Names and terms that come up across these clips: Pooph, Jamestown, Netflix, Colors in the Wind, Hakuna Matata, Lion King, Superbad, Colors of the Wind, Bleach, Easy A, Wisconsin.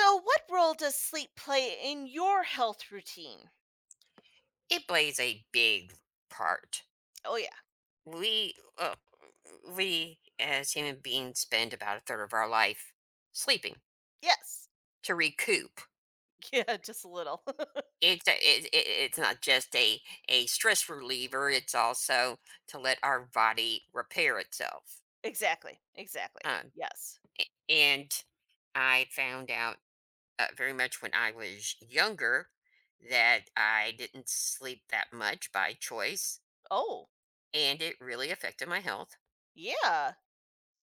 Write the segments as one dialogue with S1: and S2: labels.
S1: So, what role does sleep play in your health routine?
S2: It plays a big part.
S1: Oh, yeah.
S2: We, uh, we as human beings spend about a third of our life sleeping
S1: Yes.
S2: to recoup.
S1: Yeah, just a little.
S2: It's not just a stress reliever. It's also to let our body repair itself.
S1: Exactly. Exactly.
S2: Um,
S1: Yes.
S2: and I found out very much when I was younger that I didn't sleep that much by choice,
S1: Oh,
S2: and it really affected my health
S1: yeah.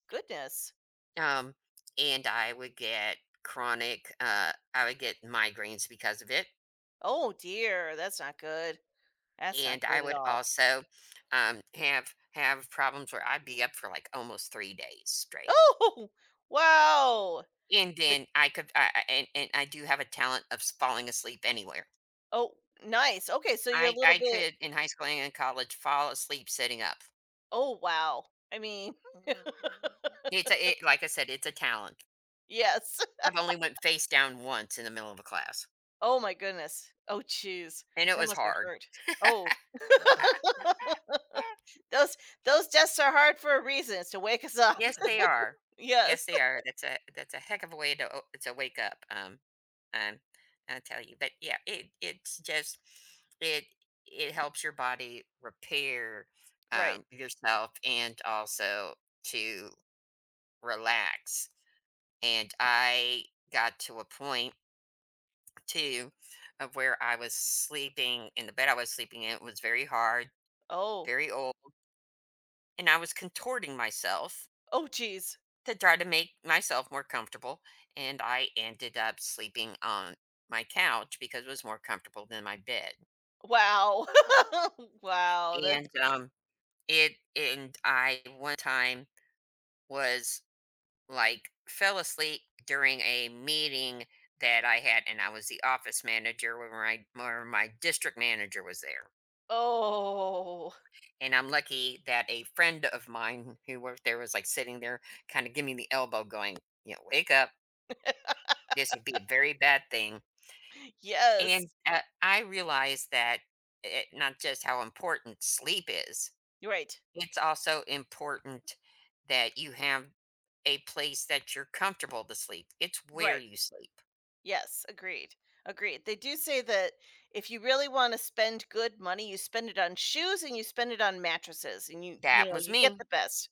S1: Goodness.
S2: Um, and I would get I would get migraines because of it.
S1: Oh, dear. That's not good. That's
S2: And
S1: not
S2: I
S1: good at
S2: would
S1: all.
S2: also have problems where I'd be up for like almost 3 days straight.
S1: Oh, wow.
S2: And
S1: The,
S2: then I could, I- and I do have a talent of falling asleep anywhere.
S1: oh, nice. Okay. So, you're a
S2: I,
S1: little
S2: I
S1: bit,
S2: could in high school and in college fall asleep sitting up.
S1: oh, wow. I mean,
S2: Like I said, it's a talent.
S1: yes.
S2: I've only went face down once in the middle of a class
S1: Oh, my goodness. Oh, jeez.
S2: and it
S1: That
S2: was
S1: must have
S2: hard.
S1: hurt. Oh. Those those deaths are hard for a reason, it's to wake us up.
S2: Yes, they are. Yes,
S1: Yes.
S2: they are. That's a heck of a way to to wake up. Um, I'll tell you. But yeah, it it's just it it helps your body repair
S1: Right.
S2: yourself and also to relax. And I got to a point too of where I was sleeping in the bed I was sleeping in. It was very hard,
S1: Oh.
S2: very old, and I was contorting myself
S1: Oh, geez.
S2: to try to make myself more comfortable. And I ended up sleeping on my couch because it was more comfortable than my bed.
S1: Wow. Wow, that's
S2: And um and I one time was, like, fell asleep during a meeting that I had, and I was the office manager when my where my district manager was there.
S1: oh.
S2: And I'm lucky that a friend of mine who worked there was like sitting there kind of giving me the elbow going, wake up. This would be a very bad thing.
S1: Yes.
S2: I realize that it not just how important sleep is,
S1: Right.
S2: it's also important that you have a place that you're comfortable to sleep. It's where
S1: Right.
S2: you sleep.
S1: Yes, agreed. Agreed. They do say that if you really wanna spend good money, you spend it on shoes and you spend it on mattresses, and you you
S2: That
S1: know,
S2: was
S1: you get
S2: me.
S1: the best,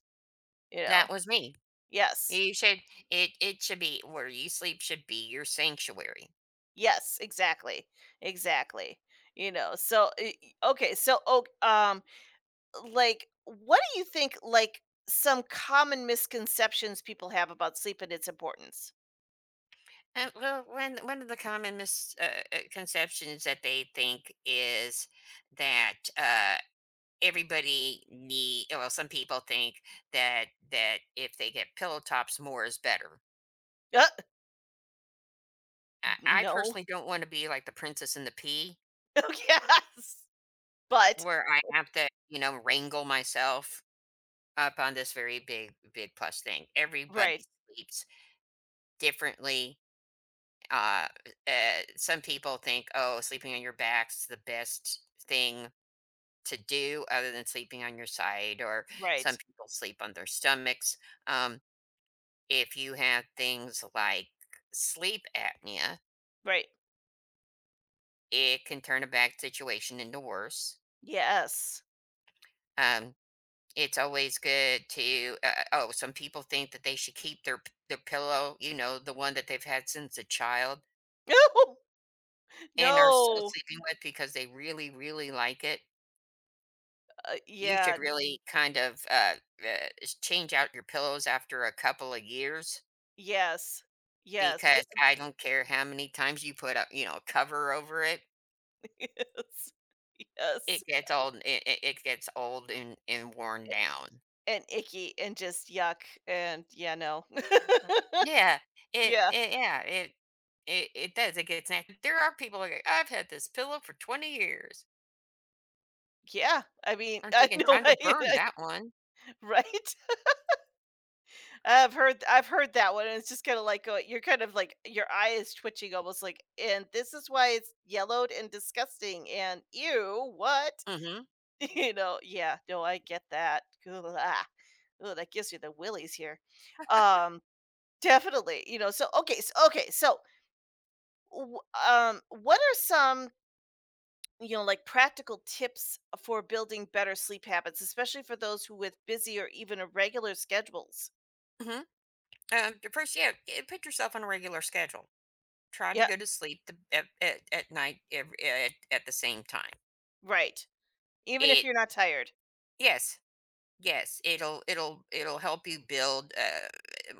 S1: you know?
S2: That was me.
S1: Yes.
S2: You should it it should be where you sleep should be your sanctuary.
S1: Yes, exactly. Exactly. You know, so, okay, so, oh like, what do you think, like, some common misconceptions people have about sleep and its importance?
S2: One of the common misconceptions conceptions that they think is that, uh everybody need well some people think that if they get pillow tops more is better.
S1: Uh,
S2: I, I
S1: no.
S2: personally don't want to be like the princess and the pea
S1: Yes. But
S2: where I have to wrangle myself up on this very big plus thing. Everybody
S1: right,
S2: sleeps differently. uh, some people think, oh, sleeping on your back's the best thing to do other than sleeping on your side, or some
S1: right,
S2: people sleep on their stomachs. um If you have things like sleep apnea,
S1: right.
S2: it can turn a bad situation into worse.
S1: Yes.
S2: Um, it's always good to. Oh, some people think that they should keep their their pillow, the one that they've had since a child,
S1: No.
S2: and are still
S1: No.
S2: sleeping with because they really, really like it. You
S1: Yeah,
S2: should really kind of change out your pillows after a couple of years
S1: yes. Yes, g
S2: because I don't care how many times you put a you know a cover over it.
S1: yes. Yes.
S2: It gets old, it gets old and worn down.
S1: And icky and just yuck, and yeah, no.
S2: Yeah, it
S1: Yeah.
S2: it yeah, it does, it gets nasty. There are people like, "I've had this pillow for 20 years."
S1: Yeah. I mean,
S2: I'm
S1: I
S2: thinking,
S1: know,
S2: "Time to burn
S1: I
S2: that one."
S1: right? I've heard that one, and it's just kinda like, you're kind of like your eye is twitching almost like, "And this is why it's yellowed and disgusting, and ew, what?"
S2: Mhm,
S1: You know? Yeah, no, I get that. Ugh, ooh, that gives you the willies here. Um, Definitely, you know, so okay, so okay, so, w what are some, you know, like, practical tips for building better sleep habits, especially for those who with busy or even irregular schedules?
S2: mhm. The first, yeah, put yourself on a regular schedule. Try to
S1: Yeah,
S2: go to sleep the at night, ev at the same time.
S1: right, even if
S2: It
S1: you're not tired.
S2: Yes, yes, it'll help you build,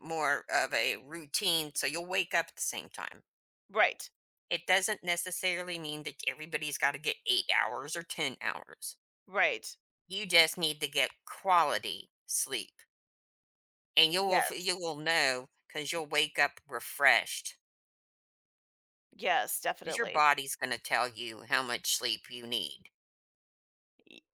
S2: more of a routine so you'll wake up at the same time.
S1: Right,
S2: It doesn't necessarily mean that everybody's got to get 8 hours or 10 hours.
S1: right.
S2: You just need to get quality sleep, and you will f
S1: Yes,
S2: you will know because 'cause you'll wake up refreshed,
S1: yes,
S2: because your
S1: definitely.
S2: body's gonna tell you how much sleep you need,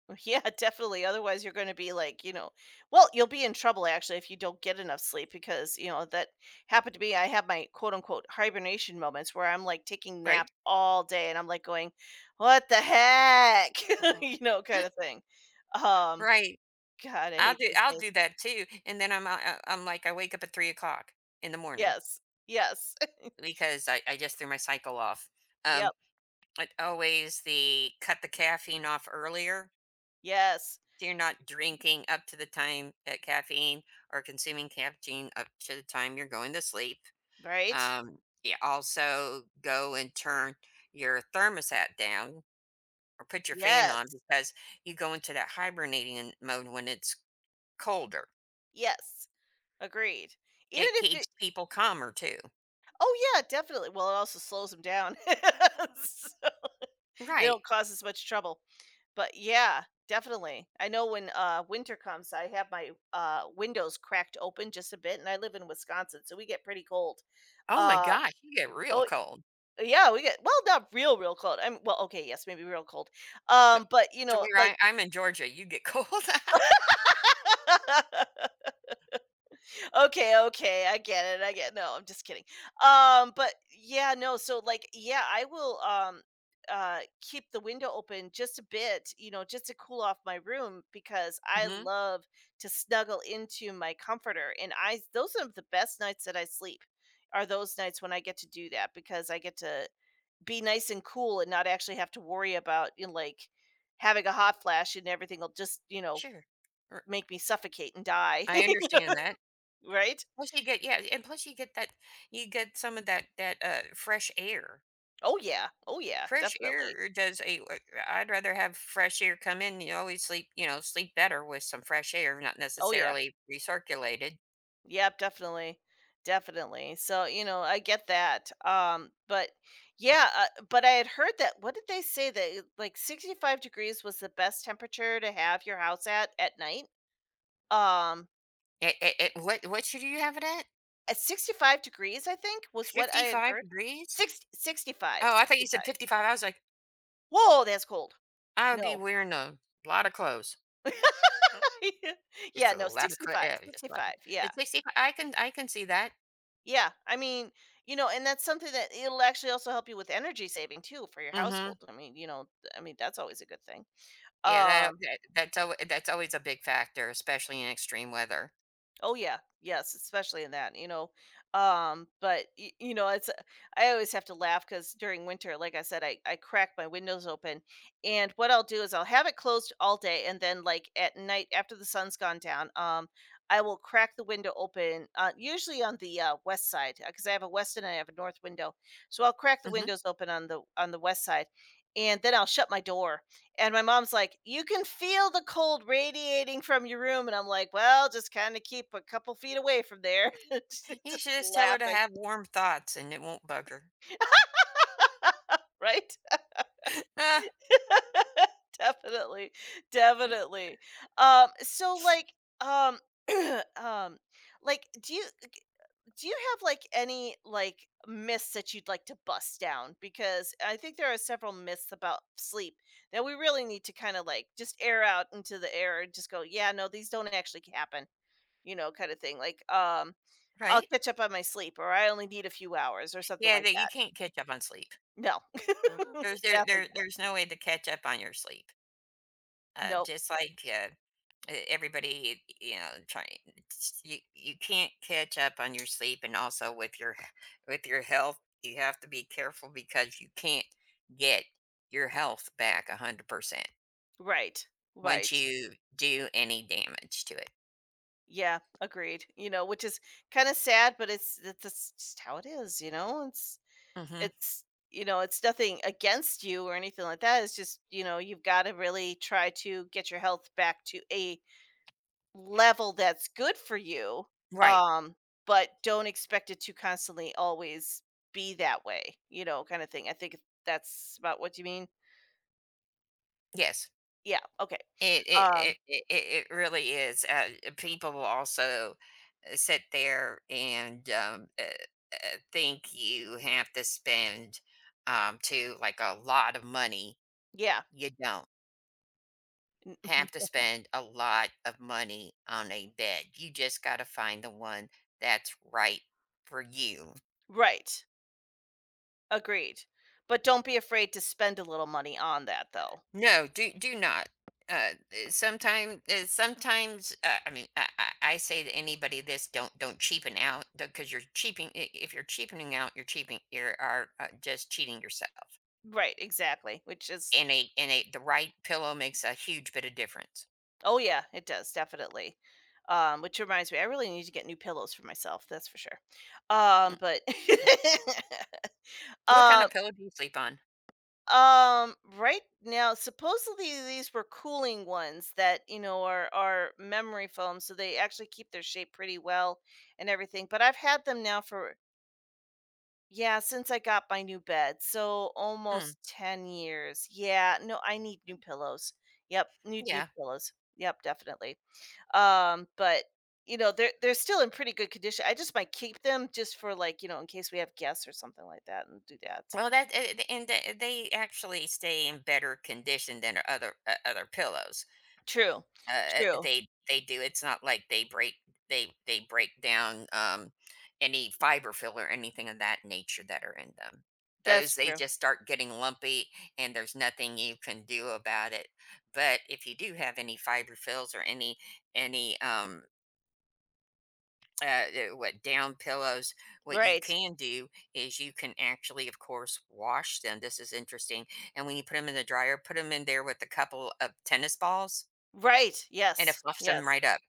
S1: Y yeah, definitely, otherwise you're gonna be like, well, you'll be in trouble actually if you don't get enough sleep because, that happened to me, I have my quote unquote "hibernation moments" where I'm, like, taking
S2: right?
S1: naps all day and I'm, like, going, "What the heck?" You know, kinda thing. Um,
S2: Right.
S1: God, I
S2: I'll
S1: hate
S2: do
S1: those
S2: I'll
S1: days.
S2: do that too, and then I'm like, I wake up at 3 o'clock in the morning
S1: Yes, yes.
S2: because I just threw my cycle off. Um,
S1: Yep,
S2: it's always the cut the caffeine off earlier.
S1: yes,
S2: So you're not drinking up to the time that caffeine or consuming caffeine up to the time you're going to sleep.
S1: right?
S2: Um, you also go and turn your thermostat down or put your fan on
S1: Yes,
S2: because you go into that hibernating mode when it's colder.
S1: yes, agreed. Even
S2: It
S1: if
S2: keeps people calmer too.
S1: oh yeah, definitely. Well, it also slows them down. So, they
S2: Right.
S1: don't cause as much trouble. But yeah, definitely. I know when winter comes, I have my windows cracked open just a bit and I live in Wisconsin, so we get pretty cold.
S2: Oh my
S1: Uh
S2: gosh, you get real
S1: oh
S2: cold.
S1: yeah, we get well not real real cold. I'm well okay, yes, maybe real cold.
S2: No.
S1: But you know, like
S2: I'm in Georgia, you get cold.
S1: okay, okay, I get it. I get No, I'm just kidding. But yeah, no, so like yeah, I will keep the window open just a bit, you know, just to cool off my room because I
S2: Hmm.
S1: love to snuggle into my comforter and I those are the best nights that I sleep are those nights when I get to do that because I get to be nice and cool and not actually have to worry about like having a hot flash and everything will just,
S2: Sure. R-
S1: make me suffocate and die,
S2: I understand that.
S1: right?
S2: Plus you get Yeah, and plus you get that you get some of that fresh air.
S1: Oh, yeah. Oh, yeah,
S2: Fresh
S1: definitely.
S2: air does a. I'd rather have fresh air come in. You always sleep better with some fresh air, not
S1: Oh, yeah.
S2: necessarily recirculated.
S1: Yep, definitely, definitely. So, you know, I get that, but yeah, but I had heard that what did they say that it like, 65 degrees was the best temperature to have your house at night? Um,
S2: It, what should you have it at?
S1: at 65 degrees, I think, was what I
S2: Fifty
S1: had
S2: five
S1: heard.
S2: degrees?
S1: 6, 65,
S2: Oh, I thought you
S1: sixty
S2: said
S1: five.
S2: 55. I was like,
S1: Whoa, that's cold.
S2: I would be
S1: No.
S2: wearing a lot of clothes,
S1: Yeah,
S2: just a
S1: no,
S2: lot of clothes.
S1: 65,
S2: Yeah, just a lot.
S1: 65, yeah.
S2: But 65, I can see that.
S1: Yeah, I mean, and that's something that it'll actually also help you with energy saving too for your
S2: Mm-hmm.
S1: household. I mean, I mean that's always a good thing.
S2: Yeah,
S1: Um,
S2: that's always a big factor, especially in extreme weather.
S1: Oh yeah, yes, especially in that, you know. But you know, it's I always have to laugh because during winter, like I said, I crack my windows open, and what I'll do is I'll have it closed all day, and then like at night after the sun's gone down, I will crack the window open, usually on the west side because I have a west and I have a north window, so I'll crack the
S2: Hmm.
S1: windows open on the west side, and then I'll shut my door and my mom's like, "You can feel the cold radiating from your room." And I'm like, "Well, just kinda keep a couple feet away from there." She's
S2: You
S1: just
S2: should just tell her to
S1: laughing.
S2: have warm thoughts and it won't bug her.
S1: Right?
S2: Ah,
S1: Definitely, definitely. So, like, um, um, like, do you have, like, any, like, myths that you'd like to bust down? Because I think there are several myths about sleep that we really need to kinda, like, just air out into the air and just go, "Yeah, no, these don't actually happen." You know, kind of thing. Like, I'll
S2: right?
S1: catch up on my sleep or I only need a few hours or something
S2: Yeah,
S1: like
S2: that you
S1: that.
S2: can't catch up on sleep.
S1: No,
S2: There's there, there
S1: definitely.
S2: there's no way to catch up on your sleep.
S1: No.
S2: Just like everybody, you know, trying you can't catch up on your sleep, and also with your with your health, you have to be careful because you can't get your health back 100%
S1: Right.
S2: once
S1: Right.
S2: you do any damage to it.
S1: Yeah. Agreed. You know, which is kind of sad, but it's just how it is. You know,
S2: Hmm.
S1: it's you know, it's nothing against you or anything like that. It's just you know, you've got to really try to get your health back to a level that's good for you,
S2: Right?
S1: um, but don't expect it to constantly always be that way, you know, kind of thing. I think that's about what you mean.
S2: Yes.
S1: Yeah. Okay.
S2: It it
S1: Um,
S2: it it it it really is, people will also, sit there and, think you have to spend, too, like, a lot of money.
S1: yeah.
S2: You don't
S1: Mhm.
S2: have to spend a lot of money on a bed, you just gotta find the one that's right for you.
S1: Right. Agreed. But don't be afraid to spend a little money on that though.
S2: No, do not. Uh, sometimes, sometimes, I mean, I say to anybody this: don't cheapen out because you're cheaping. If you're cheapening out, you're cheaping. You are just cheating yourself.
S1: Right, exactly. Which is
S2: And a the right pillow makes a huge bit of difference.
S1: oh yeah, it does definitely. Which reminds me, I really need to get new pillows for myself, that's for sure.
S2: Mm.
S1: But
S2: What kind
S1: um
S2: of pillow do you sleep on?
S1: Right now, supposedly these were cooling ones that are memory foam, so they actually keep their shape pretty well and everything. But I've had them now for yeah since I got my new bed, so
S2: Mm,
S1: almost 10 years. Yeah, no, I need new pillows. Yep, need new
S2: yeah.
S1: pillows. Yep, definitely. But you know they're still in pretty good condition. I just might keep them just for like in case we have guests or something like that and do that.
S2: Well, that th- and th- they actually stay in better condition than other pillows.
S1: True, true.
S2: They do. It's not like they break down, any fiber fill or anything of that nature that are in them.
S1: That's
S2: Those they
S1: true.
S2: just start getting lumpy, and there's nothing you can do about it. But if you do have any fiber fills or any uh, what down pillows, what you
S1: Right.
S2: can do is you can actually, of course, wash them. This is interesting. And when you put them in the dryer, put them in there with a couple of tennis balls
S1: Right.
S2: and it
S1: Yes.
S2: fluffs them
S1: Yes.
S2: right up.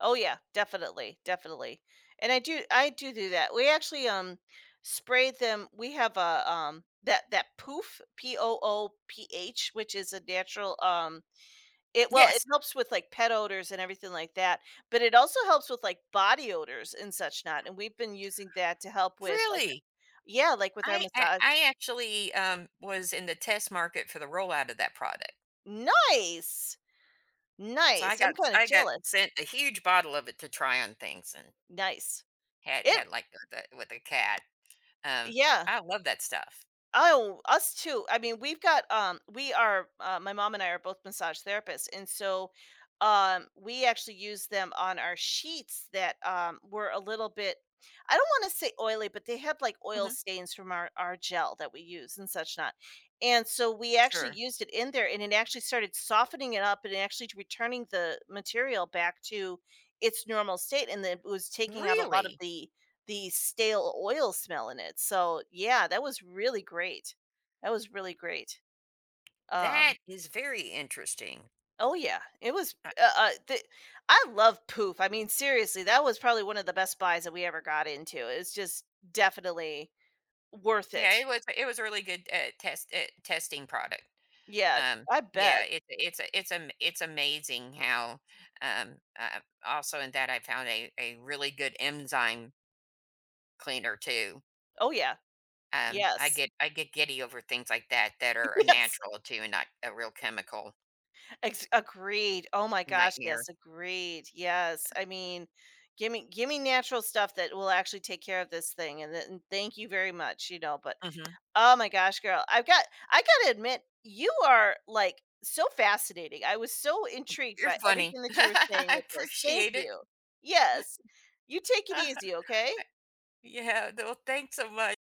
S1: Oh yeah, definitely, definitely. And I do do that. We actually sprayed them. We have a that poof Poo-Pourri which is a natural it well, it
S2: Yes.
S1: helps with like pet odors and everything like that, but it also helps with like body odors and such not. And we've been using that to help with like
S2: Really?
S1: yeah, like with our
S2: I I
S1: massage.
S2: I actually, was in the test market for the rollout of that product.
S1: Nice.
S2: So I
S1: Nice. I'm
S2: got
S1: kind of
S2: I got
S1: jealous.
S2: sent a huge bottle of it to try on things and
S1: Nice. It
S2: like, the with a cat. Um,
S1: yeah,
S2: I love that stuff.
S1: oh, us too. I mean, we've got we are my mom and I are both massage therapists and so we actually use them on our sheets that were a little bit I don't want to say oily, but they had like oil
S2: Mhm.
S1: stains from our gel that we use and such not. And so we actually
S2: Sure.
S1: used it in there and it actually started softening it up and actually returning the material back to its normal state and then it was taking out a lot of
S2: Really?
S1: the stale oil smell in it. So, yeah, that was really great. That was really great. Um,
S2: That is very interesting.
S1: oh yeah, it was.
S2: Uh,
S1: I love poof. I mean, seriously, that was probably one of the best buys that we ever got into. It's just definitely worth
S2: yeah,
S1: it.
S2: it was a really good, testing product.
S1: Yeah, I
S2: Yeah,
S1: bet.
S2: it it's a it's a it's amazing how, also in that I found a really good enzyme cleaner too.
S1: Oh yeah.
S2: I
S1: Yes.
S2: get I get giddy over things like that that are a
S1: Yes.
S2: natural too, and not a real chemical
S1: Agreed. Oh my gosh.
S2: nightmare.
S1: Yes. Agreed. Yes. I mean, give me natural stuff that will actually take care of this thing. And thank you very much. You know, but
S2: Mhm.
S1: oh my gosh, girl. I gotta admit, you are like so fascinating. I was so intrigued
S2: You're
S1: by
S2: funny.
S1: everything that you were saying
S2: I
S1: with this. Thank
S2: appreciate it.
S1: you. Yes. You take it easy, okay?
S2: Yeah. Well, thanks so much.